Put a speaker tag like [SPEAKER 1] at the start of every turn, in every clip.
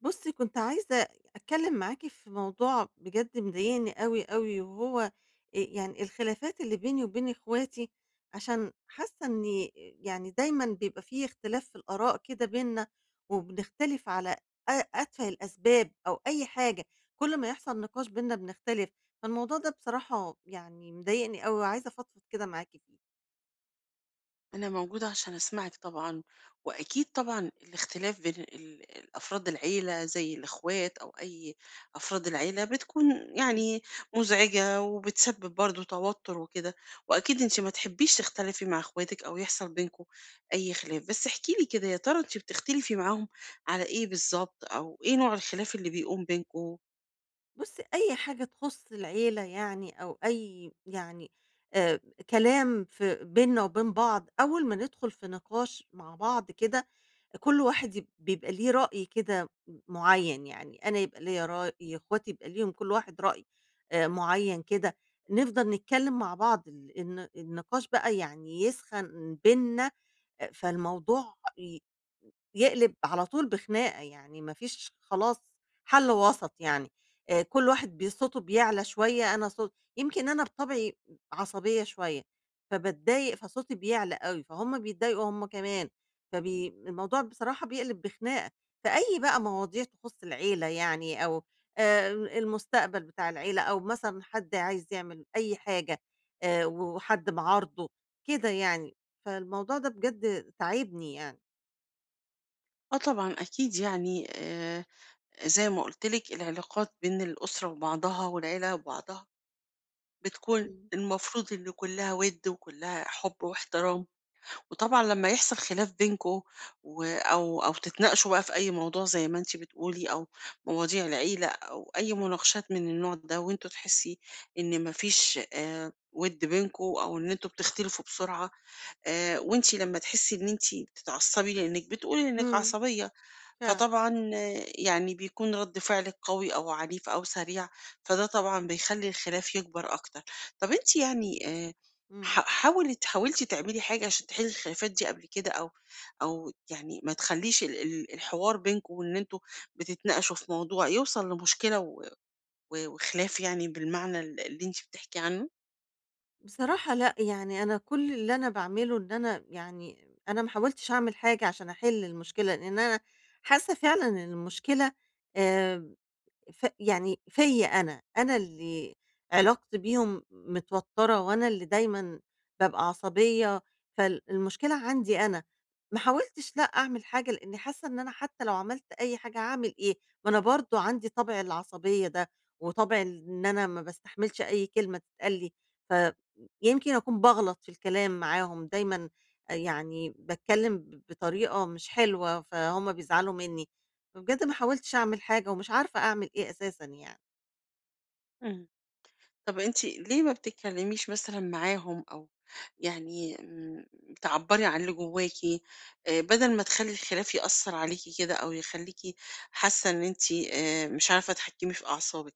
[SPEAKER 1] بُصّي، كنت عايزة أتكلّم معاكِ في موضوع بجد مضايقني أوي، أوي، وهو يعني الخلافات اللي بيني وبين إخواتي، عشان حاسّة إني يعني دايمًا بيبقى في اختلاف في الآراء كده بيننا، وبنختلف على أتفه الأسباب أو أي حاجة، كل ما يحصل نقاش بيننا بنختلف، فالموضوع ده بصراحة يعني مضايقني أوي، وعايزة أفضفض كده معاكِ فيه.
[SPEAKER 2] أنا موجودة عشان أسمعِك طبعًا، وأكيد طبعًا الاختلاف بين ال أفراد العيلة زي الإخوات أو أي أفراد العيلة بتكون يعني مزعجة، وبتسبب برضه توتر وكده. وأكيد أنتِ ما تحبيش تختلفي مع إخواتِك أو يحصل بينكم أي خلاف، بس احكي لي كده، يا ترى أنتِ بتختلفي معاهم على إيه بالضبط، أو إيه نوع الخلاف اللي بيقوم بينكم؟
[SPEAKER 1] بُصّي، أي حاجة تخُص العيلة يعني أو أي يعني آآ كلام في بيننا وبين بعض، أول ما ندخُل في نقاش مع بعض كده، كل واحد بيبقى ليه رأي كده معيّن، يعني أنا يبقى ليّا رأي، إخواتي يبقى ليهم كل واحد رأي معيّن كده، نفضل نتكلّم مع بعض ال الن النقاش بقى يعني يسخن بيننا، فالموضوع يقلب على طول بخناقة، يعني ما فيش خلاص حل وسط يعني، كل واحد صوته بيعلى شوية، أنا صوت يمكن أنا بطبعي عصبية شوية، فباتضايق فصوتي بيعلى أوي، فهُم بيتضايقوا هُم كمان، الموضوع بصراحة بيقلب بخناقة، فأي بقى مواضيع تخُص العيلة يعني أو المستقبل بتاع العيلة أو مثلًا حد عايز يعمل أي حاجة وحد معارضه، كده يعني، فالموضوع ده بجد تاعبني يعني.
[SPEAKER 2] آه، طبعًا أكيد يعني، زي ما قُلت لِك العلاقات بين الأسرة وبعضها والعيلة وبعضها بتكون
[SPEAKER 1] إمم.
[SPEAKER 2] المفروض إن كلّها وِد وكلّها حُب واحترام. وطبعًا لمّا يحصل خلاف بينكم و أو أو تتناقشوا بقى في أي موضوع زي ما أنتِ بتقولي، أو مواضيع العيلة، أو أي مناقشات من النوع ده، وأنتم تحسّي إن ما فيش وِد بينكم، أو إن أنتم بتختلفوا بسرعة. وأنتِ لمّا تحسّي إن أنتِ بتتعصّبي لإنِّك بتقولي إنِّك
[SPEAKER 1] إمم،
[SPEAKER 2] عصبية.
[SPEAKER 1] فعلًا.
[SPEAKER 2] فطبعًا يعني بيكون رَد فعلِك قوي أو عنيف أو سريع، فده طبعًا بيخلّي الخلاف يكبر أكتر. طَب أنتِ يعني، ح
[SPEAKER 1] إمم.
[SPEAKER 2] حاولِت حاولتِ تعملي حاجة عشان تحلّي الخلافات دي قبل كده، أو يعني ما تخلّيش ال ال الحوار بينكم، وإن أنتم بتتناقشوا في موضوع يوصل لمشكلة و و وخلاف، يعني بالمعنى اللي أنتِ بتحكي عنه؟
[SPEAKER 1] بصراحة لأ، يعني أنا كل اللي أنا باعمله إن أنا يعني أنا ما حاولتش أعمل حاجة عشان أحل المشكلة، لإن أنا حاسة فعلًا إن المشكلة آآ يعني فيّا أنا، أنا اللي علاقتي بيهم متوتّرة وأنا اللي دايمًا بابقى عصبية، فالمشكلة عندي أنا، ما حاولتش لأ أعمل حاجة لإنّي حاسّة إن أنا حتّى لو عملت أي حاجة هاعمل إيه؟ ما أنا برضه عندي طَبع العصبية ده، وطَبع إن أنا ما باستحملش أي كلمة تتقال لي، فيمكن أكون باغلط في الكلام معاهم، دايمًا يعني باتكلّم بطريقة مش حلوة، فهُم بيزعلوا منّي. بجد ما حاولتش أعمل حاجة ومش عارفة أعمل إيه أساسًا يعني.
[SPEAKER 2] إمم. طب أنتِ ليه ما بتتكلميش مثلًا معاهم، أو يعني تعبّري عن اللي جواكِ؟ بدل ما تخلّي الخلاف يأثّر عليكِ كده، أو يخلّيكِ حاسة إن أنتِ مش عارفة تتحكمي في أعصابِك.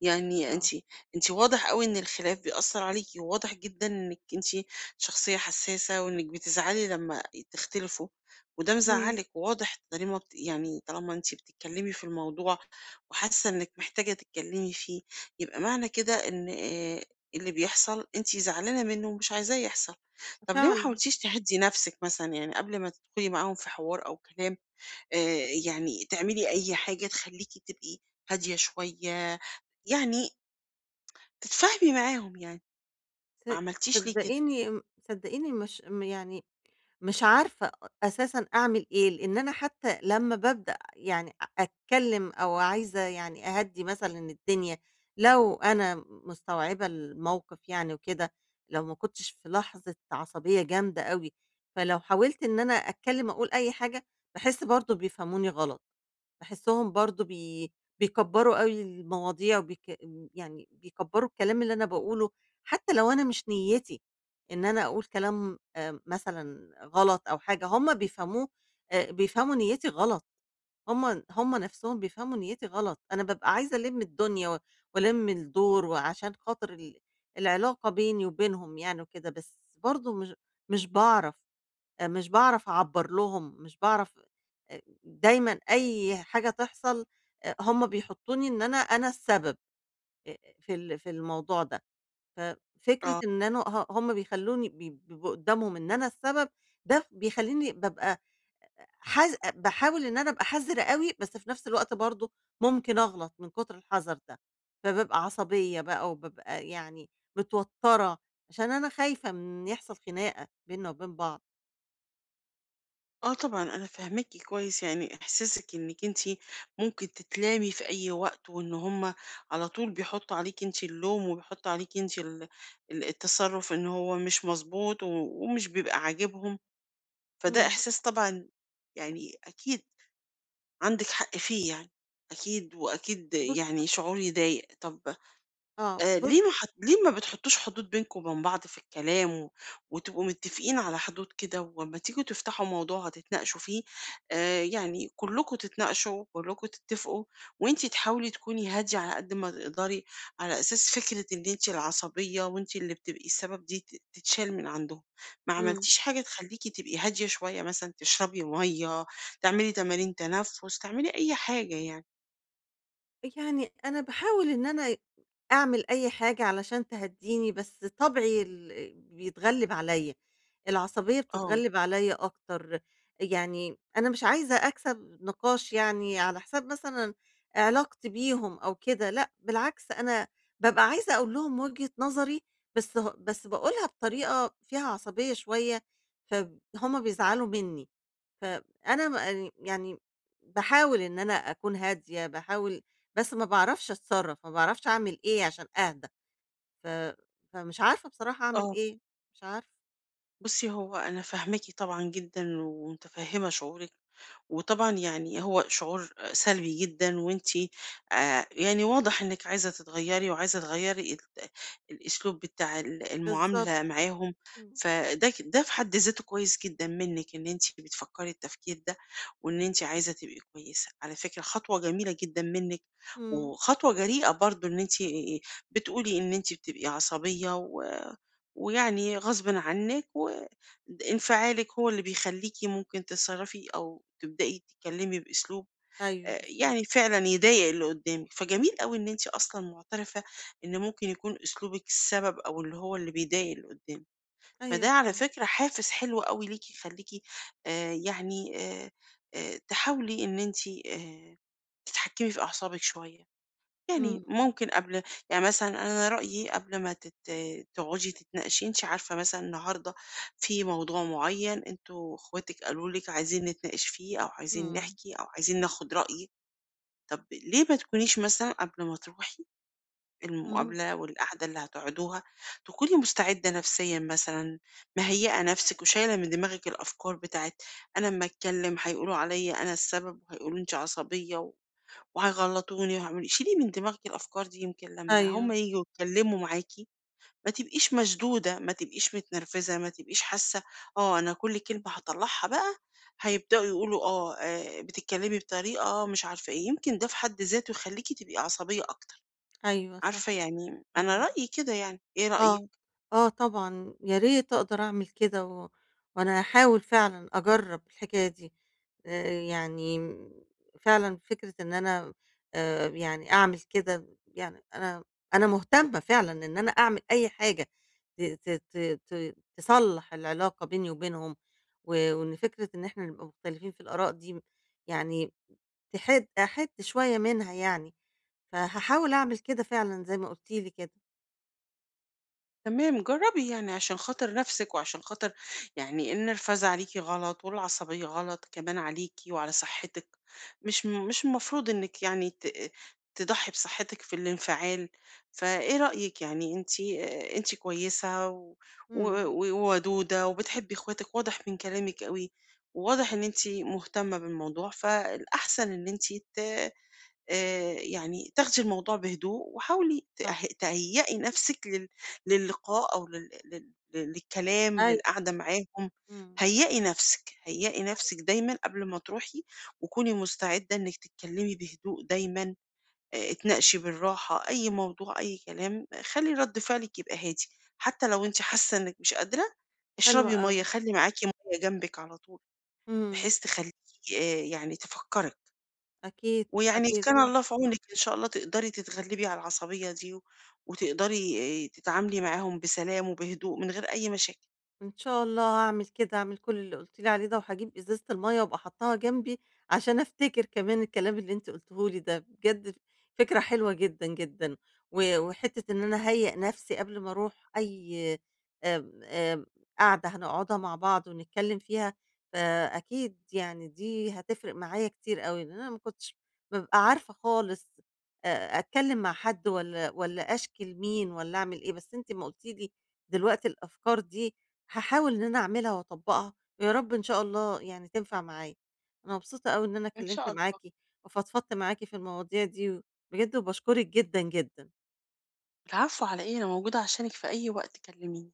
[SPEAKER 2] يعني أنتِ
[SPEAKER 1] آه،
[SPEAKER 2] أنتِ واضح أوي إن الخلاف بيأثّر عليكِ، وواضح جدًا إنِّك أنتِ شخصية حسّاسة، وإنِّك بتزعلي لمّا تختلفوا، وده
[SPEAKER 1] إمم.
[SPEAKER 2] مزعّلِك. وواضح طالما يعني طالما أنتِ بتتكلّمي في الموضوع وحاسّة إنِّك محتاجة تتكلّمي فيه، يبقى معنى كده إن اللي بيحصل أنتِ زعلانة منّه ومش عايزاه يحصل. طَب ليه ما
[SPEAKER 1] فعلًا.
[SPEAKER 2] حاولتيش تهدّي نَفْسِك مثلًا، يعني قبل ما تدخلي معاهم في حوار أو كلام، يعني تعملي أي حاجة تخلّيكِ تبقي هادية شوية، يعني تتفاهمي معاهم يعني؟
[SPEAKER 1] ص
[SPEAKER 2] ما عملتيش ليه كده؟
[SPEAKER 1] صدقيني م صدقيني مش م يعني مش عارفة أساسًا أعمل إيه، لإن أنا حتى لمّا بابدأ يعني أتكلم أو عايزة يعني أهدّي مثلًا الدنيا، لو أنا مستوعبة الموقف يعني وكده، لو ما كنتش في لحظة عصبية جامدة أوي، فلو حاولت إن أنا أتكلم أقول أي حاجة، باحس برضه بيفهموني غلط. باحسّهم برضه بيكبّروا أوي المواضيع يعني بيكبّروا الكلام اللي أنا باقوله، حتى لو أنا مش نيّتي إن أنا أقول كلام مثلًا غلط أو حاجة، هُم بيفهموه بيفهموا نيّتي غلط، هُم نَفْسهم بيفهموا نيّتي غلط، أنا بابقى عايزة ألِم الدنيا وألِم الدور وعشان خاطر العلاقة بيني وبينهم يعني وكده، بس برضه مش باعرف. مش باعرف أعبّر لهم، مش باعرف، دايمًا أي حاجة تحصل هم بيحطّوني إن أنا السبب في الموضوع ده، ففكرة
[SPEAKER 2] آه،
[SPEAKER 1] إن أنا هم بيخلّوني بيبقوا قدّامهم إن أنا السبب، ده بيخلّيني بابقى باحاول إن أنا أبقى حذرة أوي، بس في نفس الوقت برضه ممكن أغلط من كتر الحذر ده، فبابقى عصبية بقى وبابقى يعني متوتّرة، عشان أنا خايفة من يحصل خناقة بيننا وبين بعض.
[SPEAKER 2] آه، طبعًا أنا فاهماكِ كويس. يعني إحساسِك إنِّك أنتِ ممكن تتلامي في أي وقت، وإن هُم على طول بيحطّوا عليكِ أنتِ اللوم، وبيحطّوا عليكِ أنتِ ال ال التصرُّف، إن هو مش مضبوط ومش بيبقى عاجبهم. فده
[SPEAKER 1] إمم،
[SPEAKER 2] إحساس طبعًا يعني أكيد عندِك حق فيه يعني، أكيد وأكيد
[SPEAKER 1] بُص،
[SPEAKER 2] يعني شعور يضايق. طَب،
[SPEAKER 1] آه، بُص،
[SPEAKER 2] ليه ما بتحطّوش حدود بينكم وبين بعض في الكلام، وتبقوا متّفقين على حدود كده، وأمّا تيجوا تفتحوا موضوع هتتناقشوا فيه، يعني كلّكم تتناقشوا، كلّكم تتّفقوا، وأنتِ تحاولي تكوني هادية على قد ما تقدري، على أساس فكرة إن أنتِ العصبية وأنتِ اللي بتبقي السبب دي تتشال من عندهم. ما
[SPEAKER 1] إمم.
[SPEAKER 2] عملتيش حاجة تخلّيكِ تبقي هادية شوية، مثلًا تشربي مَيّة، تعملي تمارين تنفُّس، تعملي أي حاجة يعني؟
[SPEAKER 1] يعني أنا باحاول إن أنا أعمل أي حاجة علشان تهدّيني، بس طبعي بيتغلِّب عليّا، العصبية
[SPEAKER 2] آه،
[SPEAKER 1] بتتغلِّب عليّا أكتر، يعني أنا مش عايزة أكسب نقاش يعني على حساب مثلًا علاقتي بيهم أو كده، لأ بالعكس أنا بابقى عايزة أقول لهم وجهة نظري، بس باقولها بطريقة فيها عصبية شوية، فهُم بيزعلوا منّي. فأنا يعني باحاول إن أنا أكون هادية، باحاول، بس ما باعرفش أتصرّف، ما باعرفش أعمل إيه عشان أهدى، ف فمش عارفة بصراحة أعمل
[SPEAKER 2] آه.
[SPEAKER 1] إيه، مش عارفة.
[SPEAKER 2] بُصّي، هو أنا فاهماكِ طبعًا جدًا ومتفهّمة شعورِك، وطبعًا يعني هو شعور سلبي جدًا. وأنتِ يعني واضح إنِّك عايزة تتغيّري، وعايزة تغيّري الأسلوب بتاع ال
[SPEAKER 1] بالضبط،
[SPEAKER 2] المعاملة معاهم.
[SPEAKER 1] إمم،
[SPEAKER 2] فده ده في حد ذاته كويس جدًا منِّك، إن أنتِ بتفكّري التفكير ده وإن أنتِ عايزة تبقي كويسة. على فكرة خطوة جميلة جدًا منِّك،
[SPEAKER 1] إمم،
[SPEAKER 2] وخطوة جريئة برضه إن أنتِ بتقولي إن أنتِ بتبقي عصبية، ويعني غصبٍ عنِّك وانفعالِك هو اللي بيخلّيكِ ممكن تتصرّفي أو تبدئي تتكلّمي بأسلوب
[SPEAKER 1] أيوه بالضبط،
[SPEAKER 2] يعني فعلًا يضايق اللي قُدّامِك. فجميل أوي إن أنتِ أصلًا مُعترفة إن ممكن يكون أسلوبِك السبب، أو اللي هو اللي بيضايق اللي قُدّامِك. فده
[SPEAKER 1] أيوه
[SPEAKER 2] على
[SPEAKER 1] فعلًا،
[SPEAKER 2] فكرة حافز حلو أوي ليكِ، يخلّيكِ يعني تحاولي إن أنتِ تتحكّمي في أعصابِك شوية. يعني
[SPEAKER 1] إمم، إمم،
[SPEAKER 2] ممكن قبل، يعني مثلًا أنا رأيي قبل ما تقعدي تتناقشي، أنتِ عارفة مثلًا النهارده في موضوع معين أنتم أخواتِك قالوا لِك عايزين نتناقش فيه، أو عايزين
[SPEAKER 1] إمم،
[SPEAKER 2] نحكي، أو عايزين ناخد رأيِك. طب ليه ما تكونيش مثلًا قبل ما تروحي
[SPEAKER 1] إمم،
[SPEAKER 2] المقابلة والقعدة اللي هتقعدوها، تكوني مستعدة نفسيًا مثلًا، مهيئة نفسِك، وشايلة من دماغِك الأفكار بتاعة أنا أمّا أتكلم هيقولوا عليّا أنا السبب، وهيقولوا أنتِ عصبية و وهيغلطوني وهاعمل. شيلي من دماغِك الأفكار دي، يمكن لمّا هم
[SPEAKER 1] أيوه،
[SPEAKER 2] ييجوا يتكلموا معاكِ ما تبقيش مشدودة، ما تبقيش متنرفزة، ما تبقيش حاسة آه، أنا كل كلمة هاطلّعها بقى هيبدأوا يقولوا آه، بتتكلمي بطريقة مش عارفة إيه، يمكن ده في حد ذاته يخلّيكِ تبقي عصبية أكتر.
[SPEAKER 1] أيوه
[SPEAKER 2] عارفة
[SPEAKER 1] صح،
[SPEAKER 2] يعني أنا
[SPEAKER 1] إمم.
[SPEAKER 2] رأيي كده يعني، إيه رأيِك؟
[SPEAKER 1] آه، آه طبعًا، يا ريت أقدر أعمل كده وأنا هاحاول فعلًا أجرّب الحكاية دي، يعني فعلًا فكرة إن أنا يعني أعمل كده، يعني أنا مهتمة فعلًا إن أنا أعمل أي حاجة ت ت ت ت تصلّح العلاقة بيني وبينهم، وإن فكرة إن إحنا نبقى مختلفين في الآراء دي يعني أحِد شوية منها يعني، فهاحاول أعمل كده فعلًا زي ما قُلتِ لي كده.
[SPEAKER 2] تمام، جرّبي يعني عشان خاطر نَفْسِك، وعشان خاطر يعني النرفزة عليكِ غلط والعصبية غلط كمان عليكِ وعلى صحّتِك، مش المفروض إنِّك يعني تضحّي بصحّتِك في الانفعال. فإيه رأيِك؟ يعني أنتِ أنتِ كويسة و و
[SPEAKER 1] إمم،
[SPEAKER 2] وودودة وبتحبّي إخواتِك، واضح من كلامِك أوي. وواضح إن أنتِ مهتمة بالموضوع، فالأحسن إن أنتِ ت يعني تاخدي الموضوع بهدوء، وحاولي
[SPEAKER 1] صح.
[SPEAKER 2] تهيّئي نَفْسِك للقاء أو لل لل للكلام،
[SPEAKER 1] أيوه،
[SPEAKER 2] للقعدة معاهم.
[SPEAKER 1] إمم،
[SPEAKER 2] هيّئي نَفْسِك، هيّئي نَفْسِك دايمًا قبل ما تروحي، وكوني مستعدة إنِّك تتكلّمي بهدوء دايمًا. اتناقشي بالراحة أي موضوع، أي كلام، آه، خلّي رَد فعلِك يبقى هادي. حتى لو أنتِ حاسّة إنِّك مش قادرة،
[SPEAKER 1] حلو
[SPEAKER 2] اشربي مَيّة،
[SPEAKER 1] أوي،
[SPEAKER 2] خلّي معاكِ مَيّة جنبِك على طول
[SPEAKER 1] إمم،
[SPEAKER 2] بحيث تخلّيكِ يعني تفكّري.
[SPEAKER 1] أكيد،
[SPEAKER 2] ويعني
[SPEAKER 1] أكيد.
[SPEAKER 2] كان آه. الله في عونِك، إن شاء الله تقدري تتغلبي على العصبية دي، وتقدري تتعاملي معاهم بسلام وبهدوء من غير أي مشاكل.
[SPEAKER 1] إن شاء الله هاعمل كده، هاعمل كل اللي قُلتِ لي عليه ده، وهاجيب إزازة المَيّة وأبقى حاطّاها جنبي عشان أفتكر كمان الكلام اللي أنتِ قُلتيه لي ده، بجد فكرة حلوة جدًا، جدًا، وحتّة إن أنا أهيّأ نَفْسي قبل ما أروح أي آمم، آمم، قعدة هنقعدها مع بعض ونتكلّم فيها، فأكيد يعني دي هتفرق معايا كتير أوي، لإن أنا ما كنتش بابقى عارفة خالص أتكلّم مع حد والّا أشكي لمين والّا أعمل إيه، بس أنتِ أمّا قُلتِ لي دلوقتي الأفكار دي هاحاول إن أنا أعملها وأطبّقها، ويا رب إن شاء الله يعني تنفع معايا. أنا مبسوطة أوي إن أنا
[SPEAKER 2] إن شاء
[SPEAKER 1] اتكلمت معاكِ
[SPEAKER 2] الله.
[SPEAKER 1] وفضفضت معاكِ في المواضيع دي، بجد وباشكرِك جدًا، جدًا.
[SPEAKER 2] العفو على إيه، أنا موجودة عشانِك في أي وقت، كلميني.